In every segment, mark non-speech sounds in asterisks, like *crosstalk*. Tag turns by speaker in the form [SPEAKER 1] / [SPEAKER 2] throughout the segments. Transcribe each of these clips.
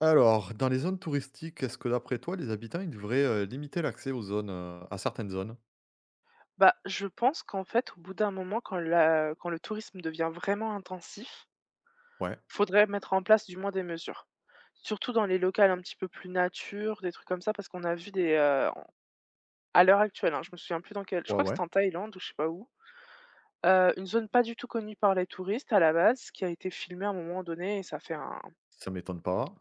[SPEAKER 1] Alors, dans les zones touristiques, est-ce que d'après toi, les habitants, ils devraient, limiter l'accès aux zones, à certaines zones?
[SPEAKER 2] Je pense qu'en fait, au bout d'un moment, quand le tourisme devient vraiment intensif,
[SPEAKER 1] Ouais,
[SPEAKER 2] faudrait mettre en place du moins des mesures. Surtout dans les locales un petit peu plus nature, des trucs comme ça, parce qu'on a vu à l'heure actuelle, hein, je me souviens plus dans quel. Je
[SPEAKER 1] ouais,
[SPEAKER 2] crois que
[SPEAKER 1] ouais.
[SPEAKER 2] c'était en Thaïlande ou je sais pas où, une zone pas du tout connue par les touristes à la base, qui a été filmée à un moment donné et ça fait un
[SPEAKER 1] Ça m'étonne pas.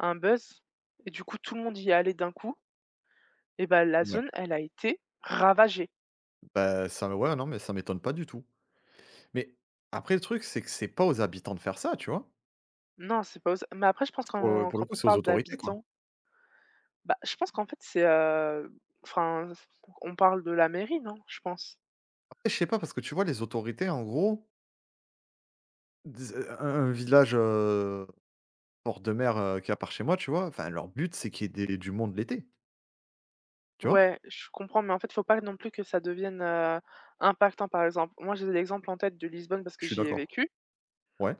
[SPEAKER 2] un buzz et du coup tout le monde y est allé d'un coup et bah, la
[SPEAKER 1] Ouais.
[SPEAKER 2] zone, elle a été ravagée.
[SPEAKER 1] Bah, ça ouais, non, mais ça m'étonne pas du tout. Mais après le truc, c'est que c'est pas aux habitants de faire ça, tu vois?
[SPEAKER 2] Non, c'est pas osa mais après je pense
[SPEAKER 1] Pour,
[SPEAKER 2] qu'en
[SPEAKER 1] pour
[SPEAKER 2] quand
[SPEAKER 1] le coup,
[SPEAKER 2] on
[SPEAKER 1] c'est aux
[SPEAKER 2] parle
[SPEAKER 1] autorités, quoi.
[SPEAKER 2] d'habitants. Je pense qu'en fait, enfin, on parle de la mairie, non, je pense?
[SPEAKER 1] Après, je sais pas, parce que tu vois, les autorités, en gros, dis un village, bord de mer, qu'il a par chez moi, tu vois? Enfin, leur but, c'est qu'il y ait des du monde l'été, tu vois?
[SPEAKER 2] Ouais, je comprends, mais en fait, faut pas non plus que ça devienne, impactant. Par exemple, moi, j'ai l'exemple en tête de Lisbonne parce
[SPEAKER 1] Je
[SPEAKER 2] que
[SPEAKER 1] suis
[SPEAKER 2] j'y ai
[SPEAKER 1] d'accord.
[SPEAKER 2] vécu.
[SPEAKER 1] Ouais.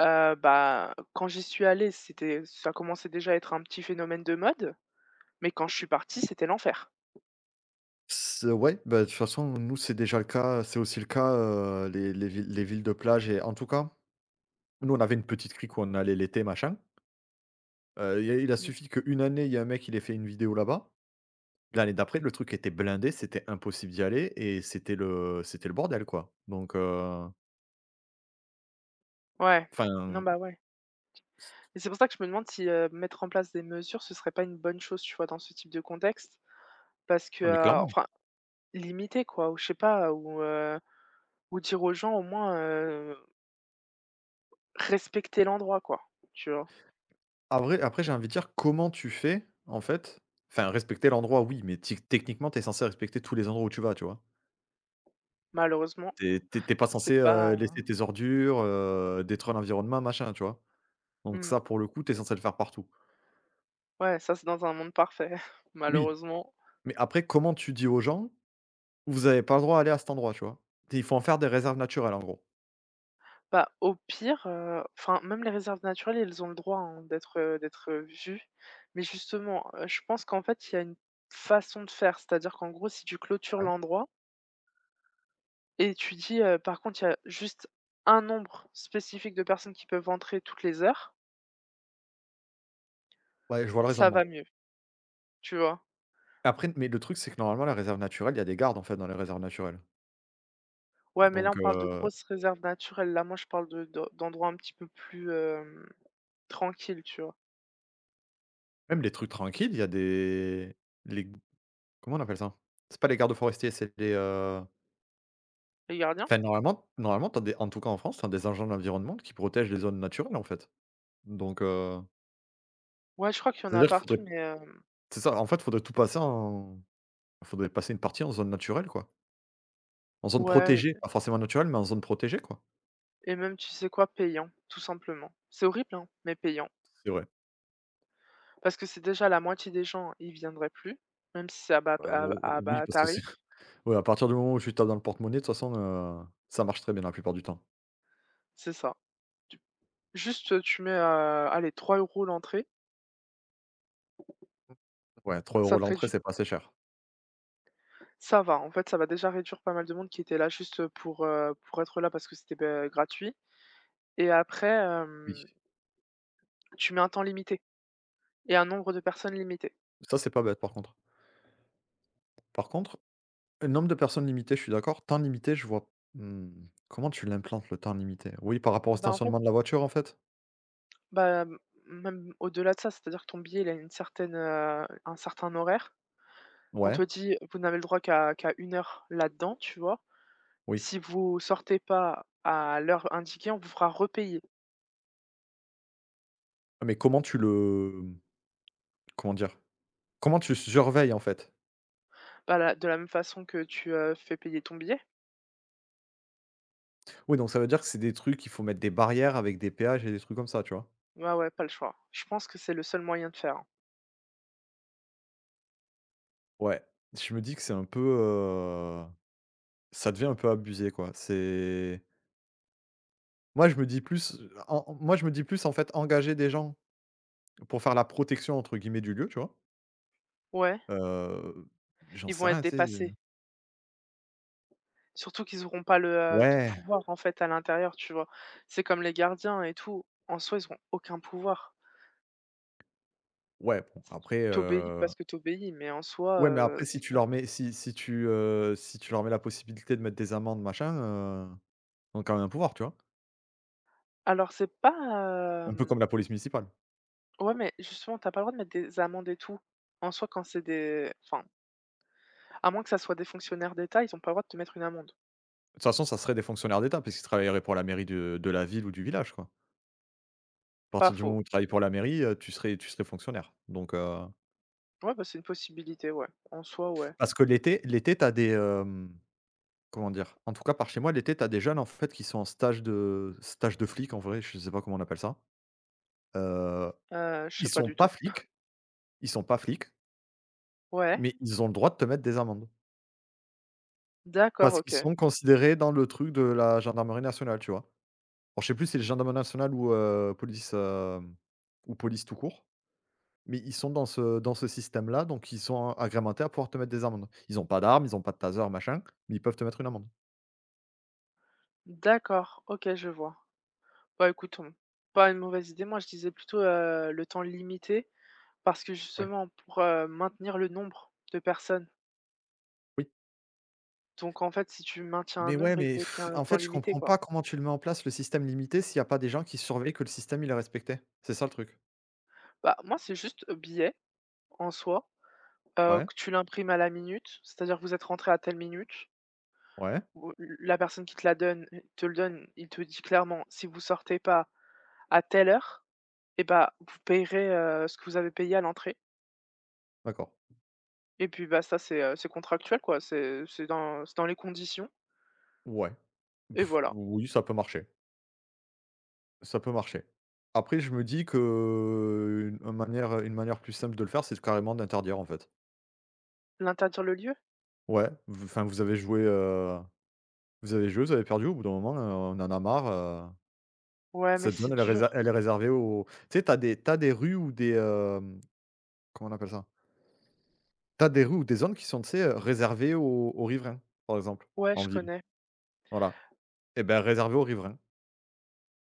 [SPEAKER 2] Quand j'y suis allée, c'était ça commençait déjà à être un petit phénomène de mode, mais quand je suis partie, c'était l'enfer.
[SPEAKER 1] C'est ouais, bah, de toute façon, nous, c'est déjà le cas, c'est aussi le cas, les villes de plage, et en tout cas, nous, on avait une petite crique où on allait l'été, machin. Il a
[SPEAKER 2] Mmh.
[SPEAKER 1] suffi qu'une année, il y a un mec, il ait fait une vidéo là-bas. L'année d'après, le truc était blindé, c'était impossible d'y aller et c'était le bordel, quoi. Donc
[SPEAKER 2] Ouais. Non,
[SPEAKER 1] enfin,
[SPEAKER 2] bah, ouais.
[SPEAKER 1] c
[SPEAKER 2] Et c'est pour ça que je me demande si, mettre en place des mesures, ce serait pas une bonne chose, tu vois, dans ce type de contexte? Parce que,
[SPEAKER 1] non, mais clairement.
[SPEAKER 2] limiter quoi, ou je sais pas, ou dire aux gens au moins, respectez l'endroit quoi, tu vois?
[SPEAKER 1] Après, j'ai envie de dire, comment tu fais, en fait, enfin, respecter l'endroit, oui, mais ti techniquement, tu es censé respecter tous les endroits où tu vas, tu vois?
[SPEAKER 2] Malheureusement,
[SPEAKER 1] T'es es tu pas
[SPEAKER 2] c'est
[SPEAKER 1] censé,
[SPEAKER 2] pas
[SPEAKER 1] laisser tes ordures, détruire l'environnement, machin, tu vois? Donc
[SPEAKER 2] mmh,
[SPEAKER 1] ça, pour le coup, t'es censé le faire partout.
[SPEAKER 2] ouais, ça c'est dans un monde parfait. *laughs*
[SPEAKER 1] Oui,
[SPEAKER 2] Malheureusement,
[SPEAKER 1] mais après, comment tu dis aux gens: «Vous avez pas le droit d'aller à cet endroit», tu vois? Il faut en faire des réserves naturelles, en gros.
[SPEAKER 2] bah, au pire, enfin même les réserves naturelles, elles ont le droit, hein, d'être vues. Mais justement, je pense qu'en fait, il y a une façon de faire, c'est-à-dire qu'en gros, si tu clôtures
[SPEAKER 1] Ouais.
[SPEAKER 2] l'endroit et tu dis, «Par contre, il y a juste un nombre spécifique de personnes qui peuvent entrer toutes les heures»,
[SPEAKER 1] Ouais, je vois le
[SPEAKER 2] ça
[SPEAKER 1] raisonnement.
[SPEAKER 2] va mieux, tu vois?
[SPEAKER 1] Après, mais le truc, c'est que normalement, la réserve naturelle, il y a des gardes, en fait, dans les réserves naturelles.
[SPEAKER 2] Ouais, mais là,
[SPEAKER 1] Donc
[SPEAKER 2] on parle de grosses réserves naturelles. Là, moi, je parle d'endroits un petit peu plus tranquilles, tu vois.
[SPEAKER 1] même les trucs tranquilles, il y a des les comment on appelle ça? C'est pas les gardes forestiers, c'est les,
[SPEAKER 2] Les gardiens?
[SPEAKER 1] enfin, normalement, t'as des en tout cas en France, t'as des agents de l'environnement qui protègent les zones naturelles, en fait. Donc
[SPEAKER 2] Ouais, je crois qu'il y en a
[SPEAKER 1] c'est-à-dire qu'il faudrait,
[SPEAKER 2] partout, mais
[SPEAKER 1] c'est ça, en fait, faudrait passer une partie en zone naturelle, quoi. En zone
[SPEAKER 2] ouais,
[SPEAKER 1] protégée, pas forcément naturelle, mais en zone protégée, quoi.
[SPEAKER 2] et même, tu sais quoi, payant, tout simplement. C'est horrible, hein, mais payant.
[SPEAKER 1] C'est vrai.
[SPEAKER 2] Parce que c'est déjà la moitié des gens, ils viendraient plus, même si c'est
[SPEAKER 1] O
[SPEAKER 2] à
[SPEAKER 1] Oui,
[SPEAKER 2] bas
[SPEAKER 1] parce que c'est
[SPEAKER 2] tarif.
[SPEAKER 1] *laughs* ouais, à partir du moment où tu tapes dans le porte-monnaie, de toute façon, ça marche très bien la plupart du temps.
[SPEAKER 2] C'est ça. Tu- Juste, tu mets, allez, 3 euros l'entrée,
[SPEAKER 1] Ouais, 3 euros
[SPEAKER 2] ça te
[SPEAKER 1] l'entrée,
[SPEAKER 2] réduit.
[SPEAKER 1] c'est pas assez cher.
[SPEAKER 2] Ça va, en fait, ça va déjà réduire pas mal de monde qui était là juste pour être là parce que c'était gratuit. Et après,
[SPEAKER 1] Oui,
[SPEAKER 2] tu mets un temps limité et un nombre de personnes limité.
[SPEAKER 1] ça, c'est pas bête, par contre. Par contre, nombre de personnes limitées, je suis d'accord. Temps limité, je vois, mmh, comment tu l'implantes, le temps limité? Oui, par rapport au
[SPEAKER 2] Bah, en fait,
[SPEAKER 1] stationnement de la voiture, en fait?
[SPEAKER 2] bah, m Même au-delà de ça, c'est-à-dire que ton billet, il a une certaine, un certain horaire. On
[SPEAKER 1] Ouais,
[SPEAKER 2] te dit: «Vous n'avez le droit qu'à une heure là-dedans», tu vois?
[SPEAKER 1] oui.
[SPEAKER 2] Si vous sortez pas à l'heure indiquée, on vous fera repayer.
[SPEAKER 1] Mais comment tu le comment dire? Comment tu surveilles, en fait?
[SPEAKER 2] Bah, la de la même façon que tu, fais payer ton billet.
[SPEAKER 1] Oui, donc ça veut dire que c'est des trucs qu'il faut mettre des barrières avec des péages et des trucs comme ça, tu vois?
[SPEAKER 2] Ouais, ouais, pas le choix. Je pense que c'est le seul moyen de faire, hein.
[SPEAKER 1] Ouais, je me dis que c'est un peu, ça devient un peu abusé, quoi. C'est Moi, je me dis plus, moi, je me dis plus, en fait, engager des gens pour faire la «protection» entre guillemets du lieu, tu vois?
[SPEAKER 2] Ouais,
[SPEAKER 1] Heu, J'en
[SPEAKER 2] ils
[SPEAKER 1] sais
[SPEAKER 2] vont
[SPEAKER 1] rien,
[SPEAKER 2] être
[SPEAKER 1] tu sais?
[SPEAKER 2] dépassés. Surtout qu'ils n'auront pas le, de
[SPEAKER 1] Ouais,
[SPEAKER 2] pouvoir, en fait, à l'intérieur, tu vois? C'est comme les gardiens et tout. En soi, ils ont aucun pouvoir.
[SPEAKER 1] ouais, bon, après,
[SPEAKER 2] Tu parce que tu mais en soi,
[SPEAKER 1] ouais, mais après si
[SPEAKER 2] c'est
[SPEAKER 1] tu
[SPEAKER 2] pas
[SPEAKER 1] leur mets, si tu leur mets la possibilité de mettre des amendes, machin, ils ont quand même un pouvoir, tu vois?
[SPEAKER 2] alors c'est pas,
[SPEAKER 1] Un peu
[SPEAKER 2] hem
[SPEAKER 1] comme la police municipale.
[SPEAKER 2] Ouais, mais justement, tu as pas le droit de mettre des amendes et tout. En soi, quand c'est des enfin, à moins que ça soit des fonctionnaires d'État, ils ont pas le droit de te mettre une amende.
[SPEAKER 1] De toute façon, ça serait des fonctionnaires d'État parce qu'ils travailleraient pour la mairie de la ville ou du village, quoi. À
[SPEAKER 2] Pas
[SPEAKER 1] partir du moment
[SPEAKER 2] faux.
[SPEAKER 1] où tu travailles pour la mairie, tu serais fonctionnaire, donc.
[SPEAKER 2] Ouais, bah, c'est une possibilité, ouais. En soi, ouais.
[SPEAKER 1] Parce que l'été, t'as des, comment dire? En tout cas, par chez moi, l'été, t'as des jeunes, en fait, qui sont en stage de flic, en vrai, je sais pas comment on appelle ça. Heu,
[SPEAKER 2] Je
[SPEAKER 1] ils
[SPEAKER 2] sais pas
[SPEAKER 1] sont
[SPEAKER 2] du
[SPEAKER 1] pas
[SPEAKER 2] tout.
[SPEAKER 1] flics ils sont pas flics,
[SPEAKER 2] Ouais?
[SPEAKER 1] mais ils ont le droit de te mettre des amendes
[SPEAKER 2] D'accord,
[SPEAKER 1] parce qu'ils
[SPEAKER 2] OK.
[SPEAKER 1] sont considérés dans le truc de la gendarmerie nationale, tu vois? Alors, je sais plus si c'est gendarmerie nationale ou police, ou police tout court. Mais ils sont dans ce système-là, donc ils sont agrémentés à pouvoir te mettre des amendes. Ils n'ont pas d'armes, ils n'ont pas de taser, machin, mais ils peuvent te mettre une amende.
[SPEAKER 2] D'accord, OK, je vois. Bah, écoute, mmh, pas une mauvaise idée. Moi, je disais plutôt, le temps limité parce que
[SPEAKER 1] Oui.
[SPEAKER 2] justement pour, maintenir le nombre de personnes.
[SPEAKER 1] Oui.
[SPEAKER 2] Donc en fait, si tu maintiens un
[SPEAKER 1] Mais ouais,
[SPEAKER 2] nombre, il
[SPEAKER 1] mais
[SPEAKER 2] faut qu'il y ait
[SPEAKER 1] pff,
[SPEAKER 2] un
[SPEAKER 1] En
[SPEAKER 2] temps
[SPEAKER 1] fait, je
[SPEAKER 2] limité,
[SPEAKER 1] comprends
[SPEAKER 2] quoi.
[SPEAKER 1] pas comment tu le mets en place, le système limité s'il n'y a pas des gens qui surveillent que le système il est respecté. C'est ça le truc.
[SPEAKER 2] Bah, moi, c'est juste billet en soi,
[SPEAKER 1] Ouais,
[SPEAKER 2] que tu l'imprimes à la minute, c'est-à-dire que vous êtes rentrés à telle minute,
[SPEAKER 1] ouais,
[SPEAKER 2] ou la personne qui te la donne, te le donne, il te dit clairement: «Si vous sortez pas à telle heure, et bah, vous payerez, ce que vous avez payé à l'entrée»
[SPEAKER 1] d'accord.
[SPEAKER 2] et puis, bah, ça, c'est contractuel, quoi, c'est dans les conditions
[SPEAKER 1] Ouais.
[SPEAKER 2] et voilà.
[SPEAKER 1] Oui, ça peut marcher. Ça peut marcher. Après, je me dis que une manière plus simple de le faire, c'est carrément d'interdire, en fait.
[SPEAKER 2] L'interdire le lieu?
[SPEAKER 1] Ouais, v enfin, vous avez joué, vous avez perdu, au bout d'un moment, on en a marre,
[SPEAKER 2] Ouais, mais
[SPEAKER 1] Cette zone,
[SPEAKER 2] c'est dur.
[SPEAKER 1] elle est réservée aux, tu sais, t'as des rues ou des, comment on appelle ça? T'as des rues ou des zones qui sont, tu sais, réservées aux riverains, par exemple,
[SPEAKER 2] Ouais,
[SPEAKER 1] en
[SPEAKER 2] je
[SPEAKER 1] ville.
[SPEAKER 2] connais.
[SPEAKER 1] Voilà, et ben, réservées aux riverains,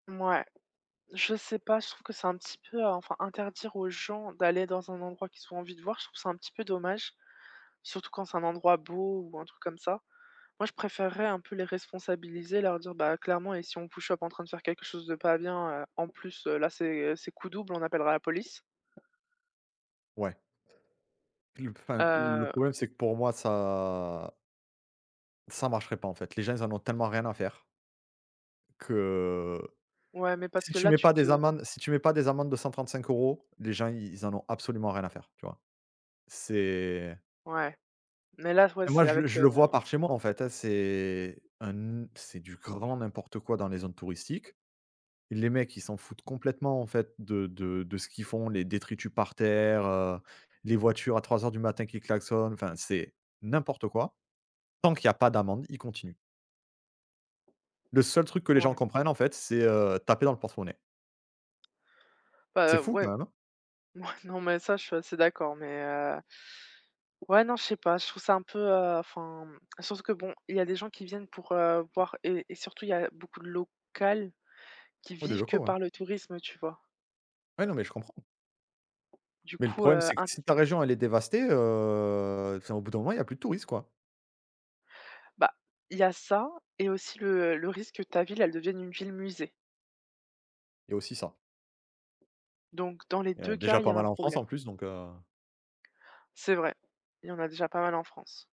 [SPEAKER 2] Ouais. Je sais pas, je trouve que c'est un petit peu, enfin interdire aux gens d'aller dans un endroit qu'ils ont envie de voir, je trouve ça un petit peu dommage, surtout quand c'est un endroit beau ou un truc comme ça. Moi, je préférerais un peu les responsabiliser, leur dire: «Bah, clairement et si on vous chope en train de faire quelque chose de pas bien, là, c'est coup double, on appellera la police».
[SPEAKER 1] ouais. Le Enfin, le
[SPEAKER 2] Heu,
[SPEAKER 1] problème, c'est que pour moi, ça marcherait pas, en fait. Les gens, ils en ont tellement rien à faire que
[SPEAKER 2] ouais, mais parce que là, tu te
[SPEAKER 1] si tu mets pas des amendes de 135 euros, les gens, ils en ont absolument rien à faire, tu vois? C'est
[SPEAKER 2] ouais, mais là, ouais,
[SPEAKER 1] Et moi,
[SPEAKER 2] c'est
[SPEAKER 1] je le
[SPEAKER 2] avec,
[SPEAKER 1] vois par chez moi, en fait, hein, c'est un c'est du grand n'importe quoi dans les zones touristiques. Les mecs, ils s'en foutent complètement, en fait, de ce qu'ils font, les détritus par terre, les voitures à 3 heures du matin qui klaxonnent, enfin, c'est n'importe quoi. Tant qu'il y a pas d'amende, ils continuent. Le seul truc que les gens
[SPEAKER 2] Ouais,
[SPEAKER 1] comprennent, en fait, c'est, taper dans le porte-monnaie. C'est
[SPEAKER 2] bah,
[SPEAKER 1] fou quand
[SPEAKER 2] ouais.
[SPEAKER 1] même, hein?
[SPEAKER 2] Ouais, *laughs* non, mais ça, je suis assez d'accord, mais ouais, non, je sais pas, je trouve ça un peu, surtout que bon, il y a des gens qui viennent pour, voir et surtout, il y a beaucoup de locales qui
[SPEAKER 1] Ouais, des
[SPEAKER 2] vivent que
[SPEAKER 1] locaux, ouais.
[SPEAKER 2] par le tourisme, tu vois?
[SPEAKER 1] Ouais, non, mais je comprends.
[SPEAKER 2] Du
[SPEAKER 1] Mais le
[SPEAKER 2] coup,
[SPEAKER 1] problème, c'est que si ta région, elle est dévastée, enfin, au bout d'un moment, il y a plus de touristes, quoi.
[SPEAKER 2] bah, il y a ça et aussi le risque que ta ville, elle devienne une ville musée.
[SPEAKER 1] Il y a aussi ça.
[SPEAKER 2] Donc dans les
[SPEAKER 1] Il y en a
[SPEAKER 2] 2
[SPEAKER 1] déjà
[SPEAKER 2] cas, il y
[SPEAKER 1] pas
[SPEAKER 2] a un
[SPEAKER 1] mal en France,
[SPEAKER 2] problème.
[SPEAKER 1] en plus, donc.
[SPEAKER 2] C'est vrai, il y en a déjà pas mal en France.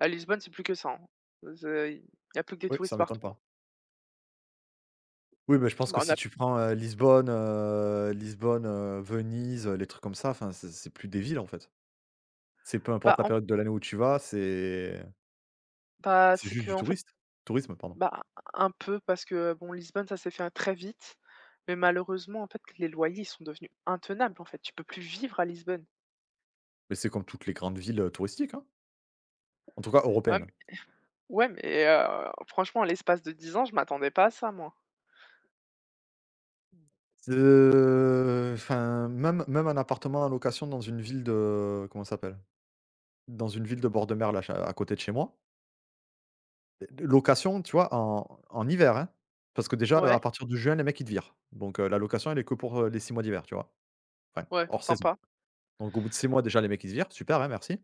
[SPEAKER 2] À Lisbonne, c'est plus que ça, hein. C'est il y a plus que des
[SPEAKER 1] Oui, ça
[SPEAKER 2] touristes
[SPEAKER 1] m'étonne
[SPEAKER 2] partout, hein.
[SPEAKER 1] pas. Oui, bah, je pense que
[SPEAKER 2] Bah, on
[SPEAKER 1] si
[SPEAKER 2] a
[SPEAKER 1] tu
[SPEAKER 2] plus
[SPEAKER 1] prends, Lisbonne, Venise, les trucs comme ça, enfin, c'est plus des villes, en fait. C'est peu
[SPEAKER 2] bah,
[SPEAKER 1] importe la
[SPEAKER 2] en
[SPEAKER 1] période de l'année où tu vas, c'est
[SPEAKER 2] bah, c'est
[SPEAKER 1] juste du
[SPEAKER 2] qu'en fait
[SPEAKER 1] touriste tourisme, pardon.
[SPEAKER 2] Bah, un peu parce que bon, Lisbonne, ça s'est fait, très vite, mais malheureusement, en fait, les loyers, ils sont devenus intenables, en fait. Tu peux plus vivre à Lisbonne.
[SPEAKER 1] Mais c'est comme toutes les grandes villes, touristiques, hein. En tout cas
[SPEAKER 2] Ah m
[SPEAKER 1] européennes.
[SPEAKER 2] Ouais, mais franchement, en l'espace de 10 ans, je m'attendais pas à ça, moi.
[SPEAKER 1] C'est, enfin, même un appartement en location dans une ville, de comment ça s'appelle? Dans une ville de bord de mer, là, chez à côté de chez moi. Location, tu vois, en hiver, hein. Parce que déjà,
[SPEAKER 2] Ouais,
[SPEAKER 1] à partir du juin, les mecs, ils te virent. Donc la location, elle est que pour, les 6 mois d'hiver, tu vois? Enfin,
[SPEAKER 2] ouais,
[SPEAKER 1] hors saison.
[SPEAKER 2] sympa.
[SPEAKER 1] Donc au bout de 6 mois, déjà les mecs ils se virent, super, hein, merci.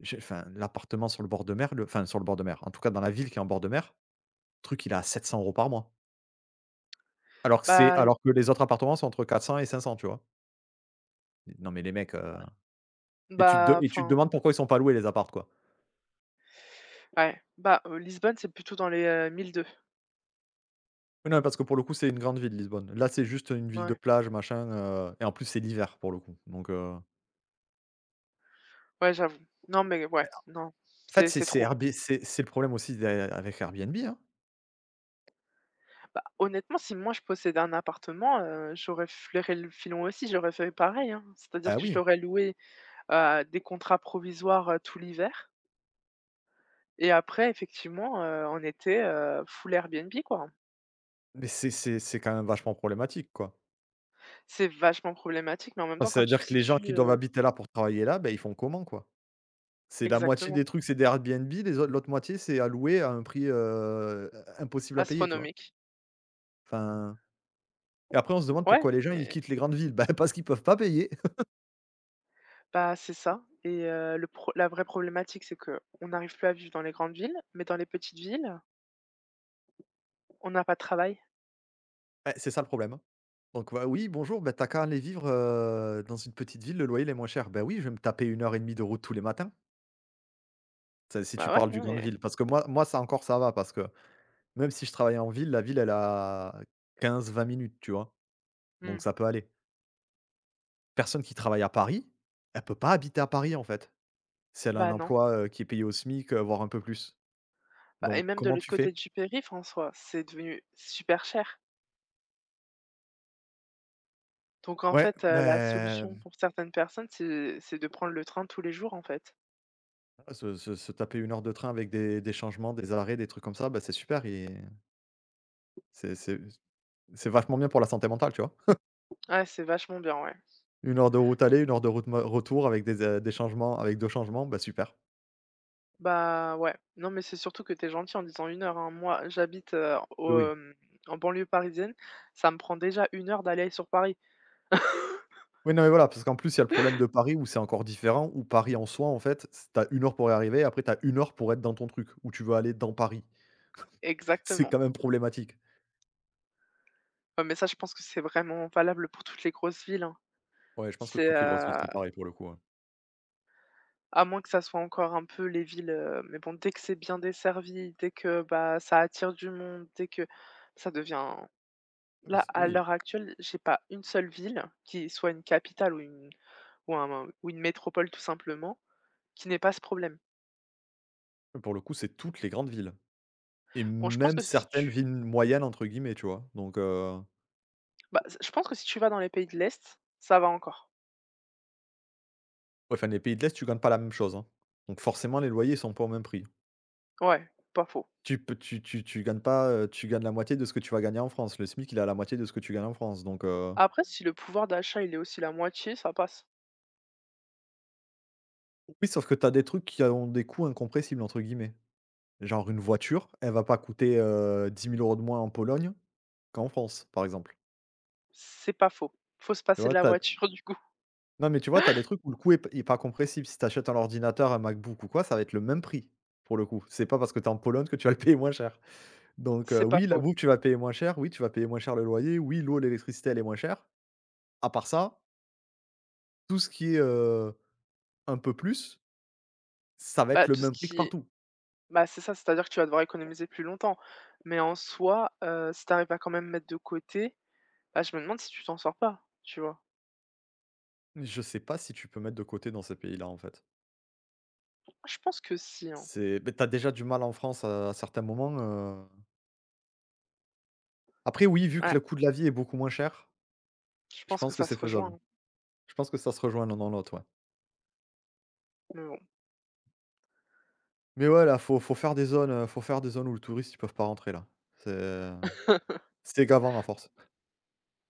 [SPEAKER 1] J'ai enfin l'appartement sur le bord de mer, le enfin sur le bord de mer, en tout cas dans la ville qui est en bord de mer, le truc il est à 700 euros par mois.
[SPEAKER 2] Bah l
[SPEAKER 1] Alors que les autres appartements sont entre 400 et 500, tu vois? Non, mais les mecs, et
[SPEAKER 2] bah,
[SPEAKER 1] tu te
[SPEAKER 2] enfin,
[SPEAKER 1] demandes pourquoi ils sont pas loués, les apparts, quoi.
[SPEAKER 2] ouais, bah, Lisbonne, c'est plutôt dans les, 1 200.
[SPEAKER 1] Oui, non, parce que pour le coup, c'est une grande ville, Lisbonne. Là, c'est juste une ville de
[SPEAKER 2] Ouais,
[SPEAKER 1] plage, machin, et en plus c'est l'hiver pour le coup, donc.
[SPEAKER 2] ouais, j'avoue. Non, mais ouais, non,
[SPEAKER 1] En fait,
[SPEAKER 2] c'est
[SPEAKER 1] c'est
[SPEAKER 2] trop.
[SPEAKER 1] Airb c'est le problème aussi des avec Airbnb, hein.
[SPEAKER 2] Bah, honnêtement, si moi, je possédais un appartement, j'aurais flairé le filon aussi, j'aurais fait pareil, hein. C'est-à-dire
[SPEAKER 1] Bah
[SPEAKER 2] que je
[SPEAKER 1] oui,
[SPEAKER 2] l'aurais loué. Des contrats provisoires, tout l'hiver et après effectivement, en été, full Airbnb, quoi.
[SPEAKER 1] mais c'est quand même vachement problématique, quoi.
[SPEAKER 2] C'est vachement problématique, mais en même
[SPEAKER 1] Bah,
[SPEAKER 2] temps
[SPEAKER 1] ça
[SPEAKER 2] quand
[SPEAKER 1] veut
[SPEAKER 2] tu te
[SPEAKER 1] dire que les gens qui
[SPEAKER 2] situes,
[SPEAKER 1] doivent habiter là pour travailler là, ben ils font comment, quoi? C'est la moitié
[SPEAKER 2] exactement,
[SPEAKER 1] des trucs, c'est des Airbnb, les autres l'autre moitié, c'est à louer à un prix, impossible à payer, tu vois?
[SPEAKER 2] astronomique.
[SPEAKER 1] Enfin, et après on se demande
[SPEAKER 2] Ouais,
[SPEAKER 1] pourquoi les gens ils
[SPEAKER 2] mais
[SPEAKER 1] quittent les grandes villes? Ben parce qu'ils peuvent pas payer. *laughs*
[SPEAKER 2] bah, c'est ça et le pro la vraie problématique, c'est que on n'arrive plus à vivre dans les grandes villes, mais dans les petites villes, on n'a pas de travail.
[SPEAKER 1] Bah, c'est ça le problème, hein. Donc bah, oui, bonjour, ben t'as as qu'à aller vivre, dans une petite ville, le loyer il est moins cher. Ben oui, je vais me taper une heure et demie de route tous les matins. Ça, si tu
[SPEAKER 2] Bah, ouais,
[SPEAKER 1] parles du
[SPEAKER 2] non
[SPEAKER 1] grande
[SPEAKER 2] et
[SPEAKER 1] ville, parce que moi ça encore ça va, parce que même si je travaillais en ville, la ville elle a quinze vingt minutes, tu vois? Donc
[SPEAKER 2] mmh,
[SPEAKER 1] ça peut aller. Personne qui travaille à Paris, elle peut pas habiter à Paris, en fait, si elle a un
[SPEAKER 2] bah, non.
[SPEAKER 1] emploi, qui est payé au SMIC, voire un peu plus.
[SPEAKER 2] Bah et
[SPEAKER 1] Donc
[SPEAKER 2] même de
[SPEAKER 1] comment
[SPEAKER 2] l'autre
[SPEAKER 1] tu
[SPEAKER 2] côté
[SPEAKER 1] fais?
[SPEAKER 2] du périph' François c'est devenu super cher. Donc en
[SPEAKER 1] Ouais,
[SPEAKER 2] fait, la solution
[SPEAKER 1] ben
[SPEAKER 2] pour certaines personnes, c'est de prendre le train tous les jours, en fait.
[SPEAKER 1] se taper une heure de train avec des changements, des arrêts, des trucs comme ça, ben c'est super, et c'est c'est c'est vachement bien pour la santé mentale, tu vois?
[SPEAKER 2] Ouais, c'est vachement bien, ouais.
[SPEAKER 1] Une heure de route aller, une heure de route me retour avec des changements, avec 2 changements, ben super.
[SPEAKER 2] Bah, ouais. Non, mais c'est surtout que t'es gentil en disant une heure, hein. Moi, j'habite,
[SPEAKER 1] Oui, oui.
[SPEAKER 2] en banlieue parisienne, ça me prend déjà une heure d'aller sur Paris.
[SPEAKER 1] Oui, non, mais voilà, parce qu'en plus, il y a le problème de Paris où c'est encore différent, où Paris en soi, en fait, c tu as heure pour y arriver, et après t'as une heure pour être dans ton truc, où tu veux aller dans Paris. C'est quand
[SPEAKER 2] Exactement.
[SPEAKER 1] même problématique.
[SPEAKER 2] Ouais, mais ça, je pense que c'est vraiment valable pour toutes les grosses villes, hein.
[SPEAKER 1] Ouais, je pense que
[SPEAKER 2] C'est,
[SPEAKER 1] toutes les grosses villes,
[SPEAKER 2] heu,
[SPEAKER 1] c'est pareil pour le coup, ouais.
[SPEAKER 2] à moins que ça soit encore un peu les villes, mais bon, dès que c'est bien desservi, dès que, bah, ça attire du monde, dès que ça devient.
[SPEAKER 1] Mais
[SPEAKER 2] Là,
[SPEAKER 1] c'est
[SPEAKER 2] à
[SPEAKER 1] oui,
[SPEAKER 2] l'heure actuelle, j'ai pas une seule ville qui soit une capitale ou une ou un ou une métropole tout simplement, qui n'ait pas ce problème.
[SPEAKER 1] pour le coup, c'est toutes les grandes villes et
[SPEAKER 2] Bon, je pense
[SPEAKER 1] même
[SPEAKER 2] que si
[SPEAKER 1] certaines
[SPEAKER 2] tu
[SPEAKER 1] villes «moyennes» entre guillemets, tu vois? Donc ouais,
[SPEAKER 2] Bah, je pense que si tu vas dans les pays de l'Est, ça va encore.
[SPEAKER 1] enfin, les pays de l'Est, tu gagnes pas la même chose, hein. Donc forcément, les loyers, sont pas au même prix.
[SPEAKER 2] Ouais, pas faux.
[SPEAKER 1] Tu gagnes pas, tu gagnes la moitié de ce que tu vas gagner en France. Le SMIC, il est à la moitié de ce que tu gagnes en France, donc
[SPEAKER 2] Après, si le pouvoir d'achat, il est aussi la moitié, ça passe.
[SPEAKER 1] oui, sauf que tu as des trucs qui ont des coûts «incompressibles» entre guillemets. Genre une voiture, elle va pas coûter, 10 000 € de moins en Pologne qu'en France, par exemple.
[SPEAKER 2] C'est pas faux. Faut se
[SPEAKER 1] Tu
[SPEAKER 2] passer de
[SPEAKER 1] vois?
[SPEAKER 2] la
[SPEAKER 1] Tu
[SPEAKER 2] voiture *laughs* du coup.
[SPEAKER 1] Non, mais tu vois, tu as des trucs où le coût est p est pas compressible. Si tu achètes un ordinateur, un MacBook ou quoi, ça va être le même prix, pour le coup. C'est pas parce que tu es en Pologne que tu vas le payer moins cher. Donc,
[SPEAKER 2] C'est pas
[SPEAKER 1] oui, la
[SPEAKER 2] faux.
[SPEAKER 1] bouffe, tu vas payer moins cher. Oui, tu vas payer moins cher le loyer. Oui, l'eau, l'électricité, elle est moins chère. À part ça, tout ce qui est, un peu plus, ça va être
[SPEAKER 2] Bah,
[SPEAKER 1] le
[SPEAKER 2] tout ce
[SPEAKER 1] même prix que
[SPEAKER 2] qui est
[SPEAKER 1] partout.
[SPEAKER 2] bah, C'est ça, c'est-à-dire que tu vas devoir économiser plus longtemps. Mais en soi, si t'arrives à quand même mettre de côté, bah, je me demande si tu t'en sors pas, tu vois?
[SPEAKER 1] Je sais pas si tu peux mettre de côté dans ces pays-là, en fait.
[SPEAKER 2] Je pense que si, hein.
[SPEAKER 1] C'est beh, tu déjà du mal en France à certains moments, après oui, vu que
[SPEAKER 2] Ouais,
[SPEAKER 1] le coût de la vie est beaucoup moins cher,
[SPEAKER 2] je
[SPEAKER 1] je
[SPEAKER 2] pense que
[SPEAKER 1] pense que
[SPEAKER 2] ça
[SPEAKER 1] c'est
[SPEAKER 2] se rejoint,
[SPEAKER 1] faisable.
[SPEAKER 2] hein,
[SPEAKER 1] Je pense que ça se rejoint l'un dans l'autre, ouais.
[SPEAKER 2] mais bon.
[SPEAKER 1] Mais ouais, là, faut faire des zones, faut faire des zones où le touriste, ils peuvent pas rentrer là. C'est
[SPEAKER 2] *laughs*
[SPEAKER 1] c'est gavant à force.